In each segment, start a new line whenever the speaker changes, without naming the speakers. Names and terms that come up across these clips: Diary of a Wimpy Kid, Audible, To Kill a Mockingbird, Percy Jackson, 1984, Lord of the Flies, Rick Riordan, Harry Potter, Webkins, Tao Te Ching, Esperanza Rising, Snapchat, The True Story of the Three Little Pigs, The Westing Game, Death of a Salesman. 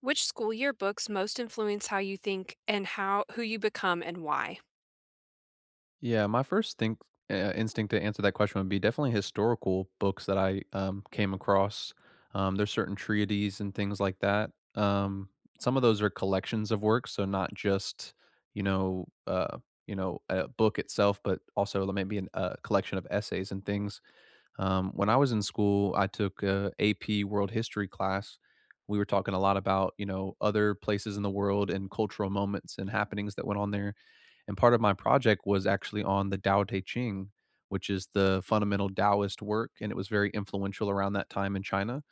Which school yearbooks most influence how you think and how who you become and why?
Yeah, my first think instinct to answer that question would be definitely historical books that I came across. There's certain treatises and things like that. Some of those are collections of works, so not just you know uh, a book itself, but also maybe a collection of essays and things. When I was in school, I took a AP World History class. We were talking a lot about you know other places in the world and cultural moments and happenings that went on there, and part of my project was actually on the Tao Te Ching, which is the fundamental Taoist work, and it was very influential around that time in China,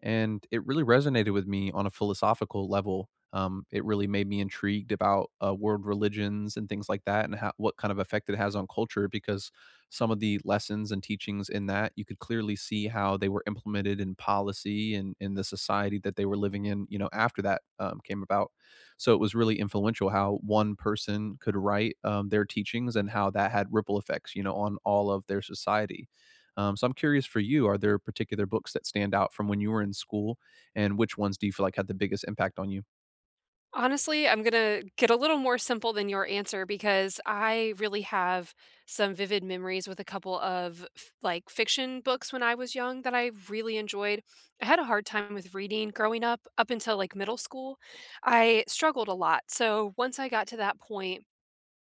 and it really resonated with me on a philosophical level. It really made me intrigued about world religions and things like that, and how, what kind of effect it has on culture. Because some of the lessons and teachings in that, you could clearly see how they were implemented in policy and in the society that they were living in. You know, after that came about, so it was really influential how one person could write their teachings and how that had ripple effects. You know, on all of their society. So I'm curious for you, are there particular books that stand out from when you were in school, and which ones do you feel like had the biggest impact on you?
Honestly, I'm going to get a little more simple than your answer because I really have some vivid memories with a couple of like fiction books when I was young that I really enjoyed. I had a hard time with reading growing up up until like middle school. I struggled a lot. So once I got to that point,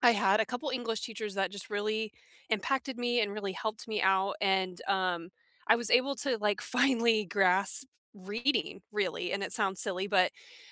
I had a couple English teachers that just really impacted me and really helped me out, and I was able to, like, finally grasp reading, really, and it sounds silly, but,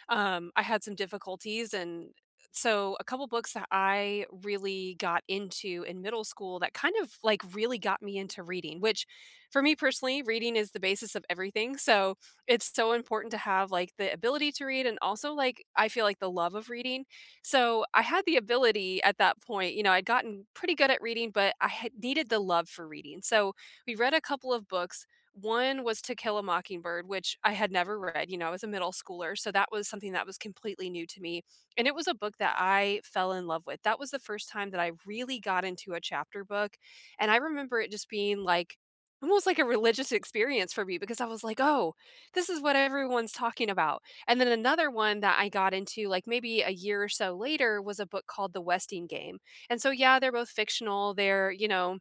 um, I had some difficulties, and so a couple books that I really got into in middle school that kind of, like, really got me into reading, which for me personally, reading is the basis of everything, so it's so important to have, like, the ability to read and also, like, I feel like the love of reading, so I had the ability at that point, you know, I'd gotten pretty good at reading, but I had needed the love for reading. So we read a couple of books. One was To Kill a Mockingbird, which I had never read. You know, I was a middle schooler. So that was something that was completely new to me. And it was a book that I fell in love with. That was the first time that I really got into a chapter book. And I remember it just being like, almost like a religious experience for me because I was like, oh, this is what everyone's talking about. And then another one that I got into, like, maybe a year or so later was a book called The Westing Game. And so, yeah, they're both fictional. They're, you know,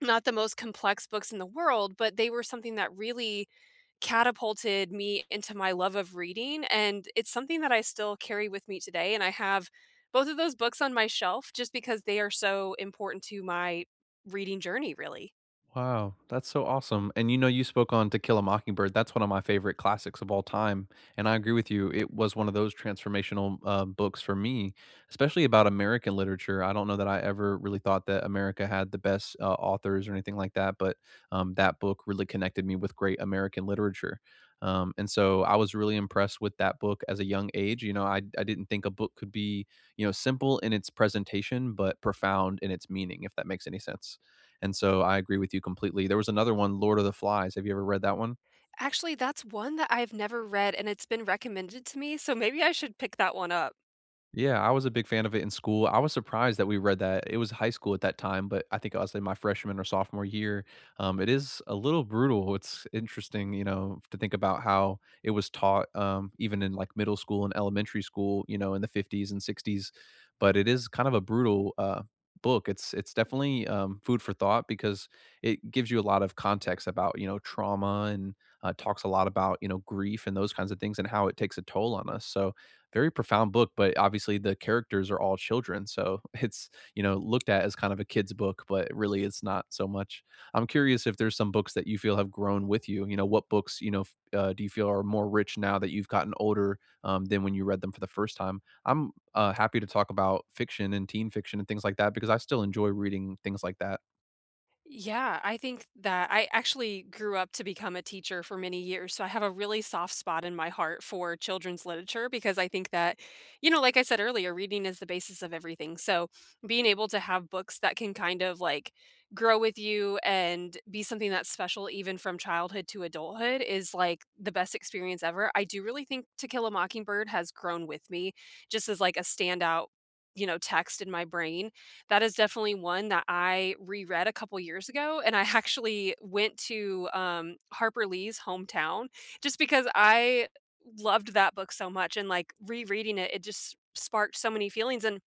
not the most complex books in the world, but they were something that really catapulted me into my love of reading. And it's something that I still carry with me today. And I have both of those books on my shelf just because they are so important to my reading journey, really.
Wow, that's so awesome. And you know, you spoke on To Kill a Mockingbird. That's one of my favorite classics of all time. And I agree with you. It was one of those transformational books for me, especially about American literature. I don't know that I ever really thought that America had the best authors or anything like that, but that book really connected me with great American literature. And so I was really impressed with that book as a young age. You know, I didn't think a book could be, you know, simple in its presentation, but profound in its meaning, if that makes any sense. And so I agree with you completely. There was another one, Lord of the Flies. Have you ever read that one?
Actually, that's one that I've never read and it's been recommended to me. So maybe I should pick that one up.
Yeah, I was a big fan of it in school. I was surprised that we read that. It was high school at that time, but I think I was in my freshman or sophomore year. It is a little brutal. It's interesting, you know, to think about how it was taught, even in like middle school and elementary school, you know, in the 50s and 60s. But it is kind of a brutal book. It's definitely food for thought because it gives you a lot of context about you know trauma and talks a lot about you know grief and those kinds of things and how it takes a toll on us. So very profound book, but obviously the characters are all children. So it's, you know, looked at as kind of a kid's book, but really it's not so much. I'm curious if there's some books that you feel have grown with you. You know, what books, you know, do you feel are more rich now that you've gotten older than when you read them for the first time? I'm happy to talk about fiction and teen fiction and things like that because I still enjoy reading things like that.
Yeah, I think that I actually grew up to become a teacher for many years. So I have a really soft spot in my heart for children's literature because I think that, you know, like I said earlier, reading is the basis of everything. So being able to have books that can kind of like grow with you and be something that's special even from childhood to adulthood is like the best experience ever. I do really think To Kill a Mockingbird has grown with me just as like a standout, you know, text in my brain that is definitely one that I reread a couple years ago, and I actually went to, Harper Lee's hometown just because I loved that book so much, and, like, rereading it, it just sparked so many feelings, and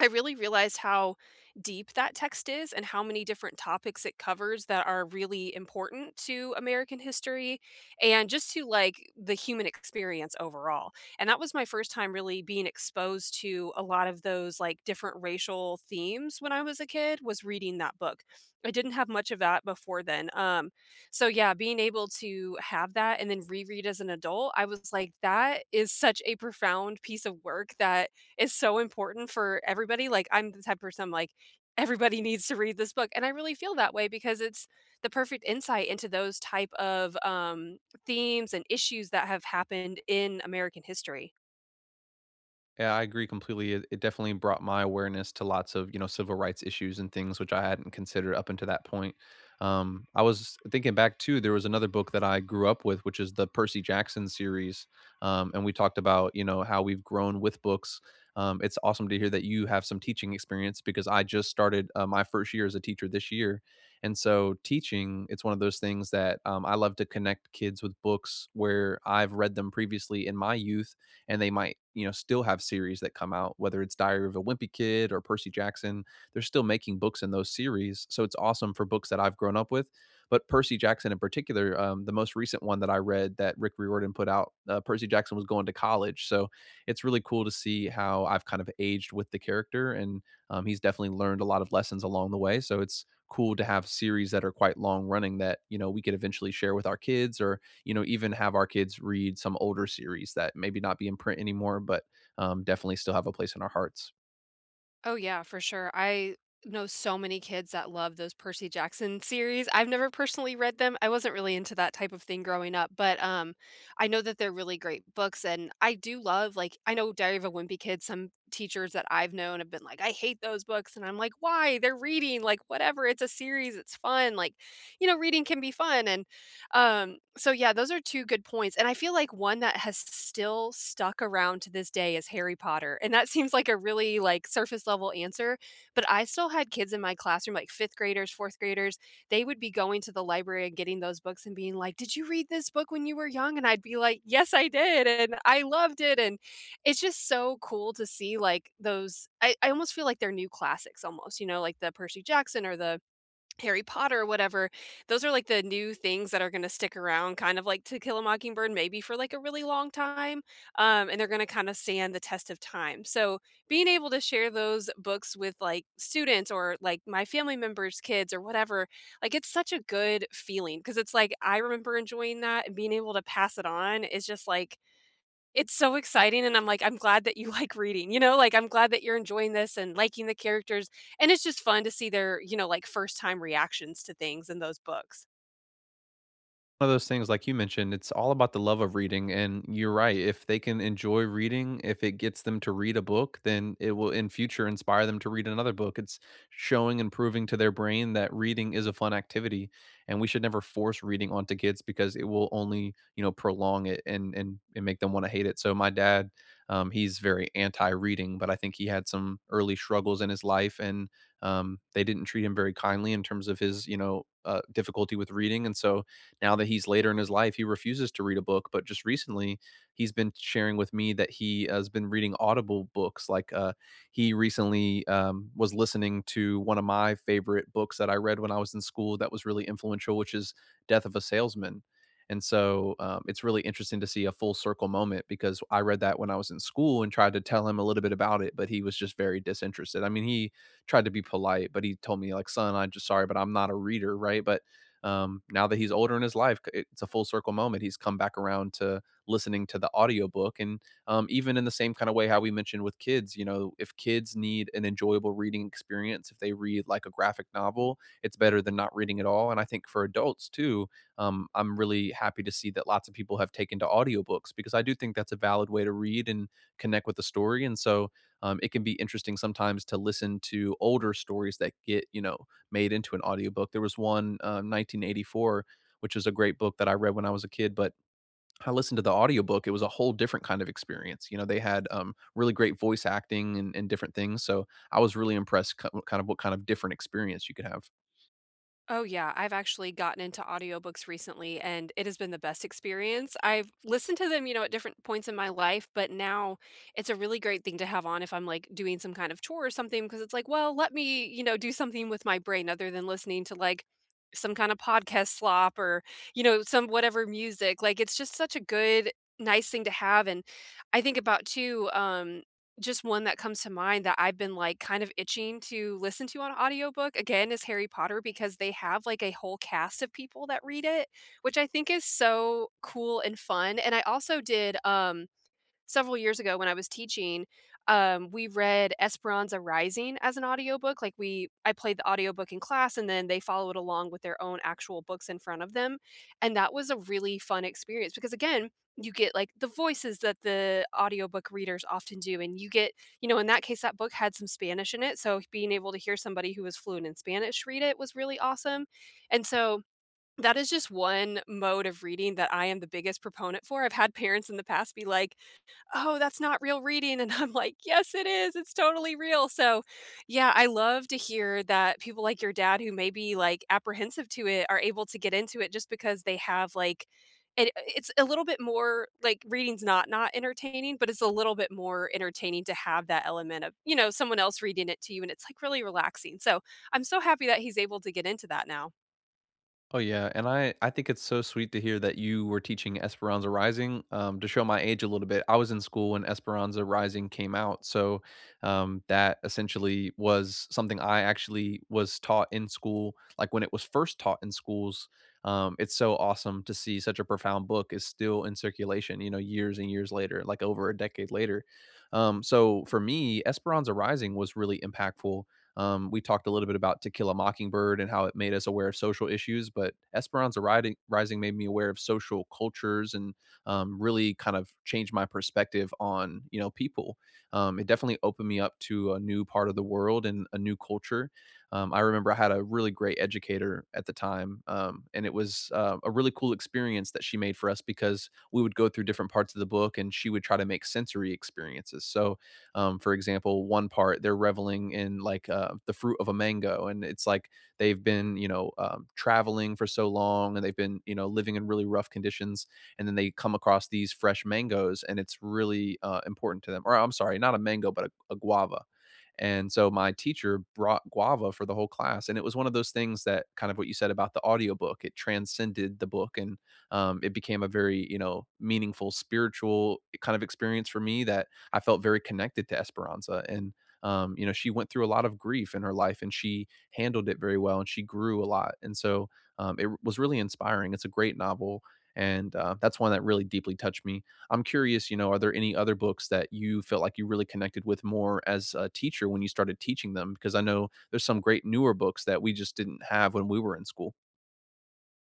I really realized how deep that text is and how many different topics it covers that are really important to American history and just to like the human experience overall. And that was my first time really being exposed to a lot of those like different racial themes when I was a kid was reading that book. I didn't have much of that before then. So yeah, being able to have that and then reread as an adult, I was like that is such a profound piece of work that is so important for everybody. Like, I'm the type of person I'm like, everybody needs to read this book. And I really feel that way because it's the perfect insight into those type of themes and issues that have happened in American history.
Yeah, I agree completely. It definitely brought my awareness to lots of you know civil rights issues and things which I hadn't considered up until that point. I was thinking back too. There was another book that I grew up with, which is the Percy Jackson series, and we talked about you know how we've grown with books. It's awesome to hear that you have some teaching experience because I just started my first year as a teacher this year, and so teaching, it's one of those things that I love to connect kids with books where I've read them previously in my youth, and they might you know still have series that come out, whether it's Diary of a Wimpy Kid or Percy Jackson. They're still making books in those series, so it's awesome for books that I've grown up with. But Percy Jackson in particular, the most recent one that I read that Rick Riordan put out, Percy Jackson was going to college, so it's really cool to see how I've kind of aged with the character. And he's definitely learned a lot of lessons along the way, so it's cool to have series that are quite long running that you know we could eventually share with our kids, or you know even have our kids read some older series that maybe not be in print anymore. But definitely still have a place in our hearts.
Oh, yeah, for sure. I know so many kids that love those Percy Jackson series. I've never personally read them. I wasn't really into that type of thing growing up, but I know that they're really great books and I do love like I know Diary of a Wimpy Kid, some teachers that I've known have been like, I hate those books. And I'm like, why? They're reading, like whatever. It's a series, it's fun. Like, you know, reading can be fun. And so yeah, those are 2 good points, and I feel like one that has still stuck around to this day is Harry Potter, and that seems like a really, like, surface level answer, but I still had kids in my classroom, like 5th graders, 4th graders, they would be going to the library and getting those books and being like, "Did you read this book when you were young?" And I'd be like, "Yes, I did, and I loved it," and it's just so cool to see, like, those I almost feel like they're new classics almost, you know, like the Percy Jackson or the Harry Potter, whatever, those are, like, the new things that are gonna stick around, kind of like To Kill a Mockingbird, maybe for, like, a really long time, and they're gonna kinda stand the test of time, so, being able to share those books with, like, students or, like, my family members' kids or whatever, like, it's such a good feeling because it's like, I remember enjoying that, and being able to pass it on is just, like, it's so exciting, and I'm like, "I'm glad that you like reading," you know, like, "I'm glad that you're enjoying this and liking the characters," and it's just fun to see their, you know, like, first time reactions to things in those books.
One of those things, like you mentioned, it's all about the love of reading, and you're right, if they can enjoy reading, if it gets them to read a book, then it will in future inspire them to read another book. It's showing and proving to their brain that reading is a fun activity, and we should never force reading onto kids because it will only you know prolong it, and make them want to hate it. So my dad, he's very anti-reading, but I think he had some early struggles in his life, and they didn't treat him very kindly in terms of his you know difficulty with reading. And so now that he's later in his life, he refuses to read a book. But just recently, he's been sharing with me that he has been reading Audible books. Like he recently was listening to one of my favorite books that I read when I was in school that was really influential, which is Death of a Salesman. And so it's really interesting to see a full circle moment because I read that when I was in school and tried to tell him a little bit about it, but he was just very disinterested. I mean, he tried to be polite, but he told me, like, son, I'm just sorry, but I'm not a reader, right? But now that he's older in his life, it's a full circle moment. He's come back around to listening to the audiobook. And even in the same kind of way how we mentioned with kids, you know, if kids need an enjoyable reading experience, if they read like a graphic novel, it's better than not reading at all. And I think for adults too, I'm really happy to see that lots of people have taken to audiobooks because I do think that's a valid way to read and connect with the story. And so it can be interesting sometimes to listen to older stories that get you know made into an audiobook. There was one, 1984, which is a great book that I read when I was a kid, but I listened to the audiobook. It was a whole different kind of experience. You know, they had really great voice acting, and different things. So I was really impressed, kind of what kind of different experience you could have.
Oh, yeah. I've actually gotten into audiobooks recently, and it has been the best experience. I've listened to them, you know, at different points in my life, but now it's a really great thing to have on if I'm like doing some kind of chore or something, because it's like, well, let me, you know, do something with my brain other than listening to like some kind of podcast slop or, you know, some whatever music. Like, it's just such a good, nice thing to have. And I think about too, just one that comes to mind that I've been, like, kind of itching to listen to on audiobook, again, is Harry Potter because they have, like, a whole cast of people that read it, which I think is so cool and fun, and I also did, several years ago when I was teaching, we read Esperanza Rising as an audiobook. Like we I played the audiobook in class and then they followed along with their own actual books in front of them, and that was a really fun experience because again, you get like the voices that the audiobook readers often do and you get, you know, in that case that book had some Spanish in it, so being able to hear somebody who was fluent in Spanish read it was really awesome. And so that is just one mode of reading that I am the biggest proponent for. I've had parents in the past be like, "Oh, that's not real reading," and I'm like, "Yes, it is, it's totally real." So, yeah, I love to hear that people like your dad who may be, like, apprehensive to it are able to get into it just because they have, like it's a little bit more like, reading's not not entertaining, but it's a little bit more entertaining to have that element of, you know, someone else reading it to you, and it's, like, really relaxing, so, I'm so happy that he's able to get into that now.
Oh yeah, and I think it's so sweet to hear that you were teaching Esperanza Rising. To show my age a little bit, I was in school when Esperanza Rising came out, so that essentially was something I actually was taught in school, like when it was first taught in schools. It's so awesome to see such a profound book is still in circulation, you know, years and years later, like over a decade later. So for me, Esperanza Rising was really impactful. We talked a little bit about To Kill a Mockingbird and how it made us aware of social issues, but Esperanza Rising made me aware of social cultures and really kind of changed my perspective on you know people. It definitely opened me up to a new part of the world and a new culture. I remember I had a really great educator at the time, and it was a really cool experience that she made for us because we would go through different parts of the book and she would try to make sensory experiences. So for example, one part they're reveling in like the fruit of a mango, and it's like they've been you know traveling for so long, and they've been you know living in really rough conditions, and then they come across these fresh mangoes, and it's really important to them. Or I'm sorry, not a mango, but a guava. And so my teacher brought guava for the whole class. And it was one of those things that kind of what you said about the audiobook, it transcended the book. And it became a very, you know, meaningful spiritual kind of experience for me, that I felt very connected to Esperanza. And you know, she went through a lot of grief in her life and she handled it very well and she grew a lot. And so it was really inspiring. It's a great novel. And that's one that really deeply touched me. I'm curious, you know, are there any other books that you felt like you really connected with more as a teacher when you started teaching them? Because I know there's some great newer books that we just didn't have when we were in school.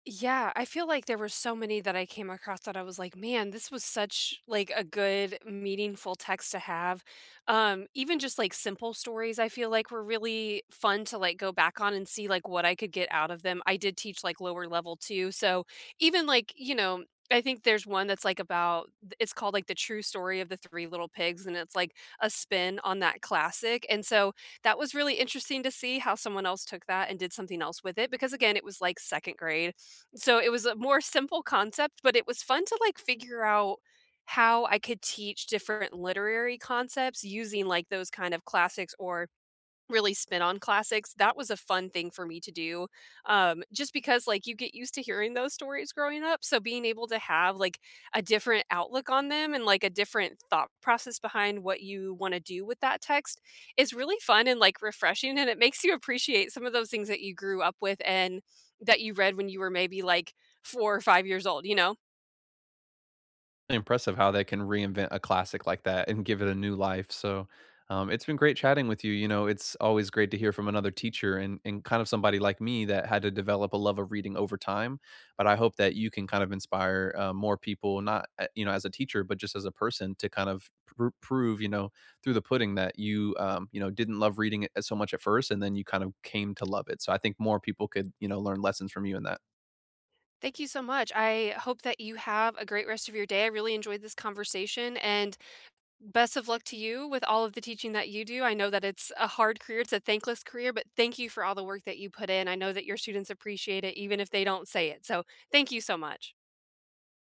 Yeah, I feel like there were so many that I came across that I was like, "Man, this was such, like, a good meaningful text to have." Even just, like, simple stories I feel like were really fun to, like, go back on and see, like, what I could get out of them. I did teach, like, lower level too, so even, like, you know, I think there's one that's, like, about it's called, like, The True Story of the Three Little Pigs, and it's, like, a spin on that classic, and so that was really interesting to see how someone else took that and did something else with it because, again, it was, like, 2nd grade. So it was a more simple concept, but it was fun to like figure out how I could teach different literary concepts using like those kind of classics or really spin on classics, that was a fun thing for me to do, just because, like, you get used to hearing those stories growing up, so being able to have, like, a different outlook on them and, like, a different thought process behind what you wanna do with that text is really fun and, like, refreshing, and it makes you appreciate some of those things that you grew up with and that you read when you were maybe, like, 4 or 5 years old, you know?
Impressive how they can reinvent a classic like that and give it a new life. So, it's been great chatting with you. You know, it's always great to hear from another teacher, and kind of somebody like me that had to develop a love of reading over time. But I hope that you can kind of inspire more people, not, you know, as a teacher, but just as a person to kind of prove, you know, through the pudding that you, you know, didn't love reading it so much at first, and then you kind of came to love it. So I think more people could, you know, learn lessons from you in that.
Thank you so much, I hope that you have a great rest of your day, I really enjoyed this conversation, and best of luck to you with all of the teaching that you do. I know that it's a hard career, it's a thankless career, but thank you for all the work that you put in. I know that your students appreciate it even if they don't say it. So, thank you so much.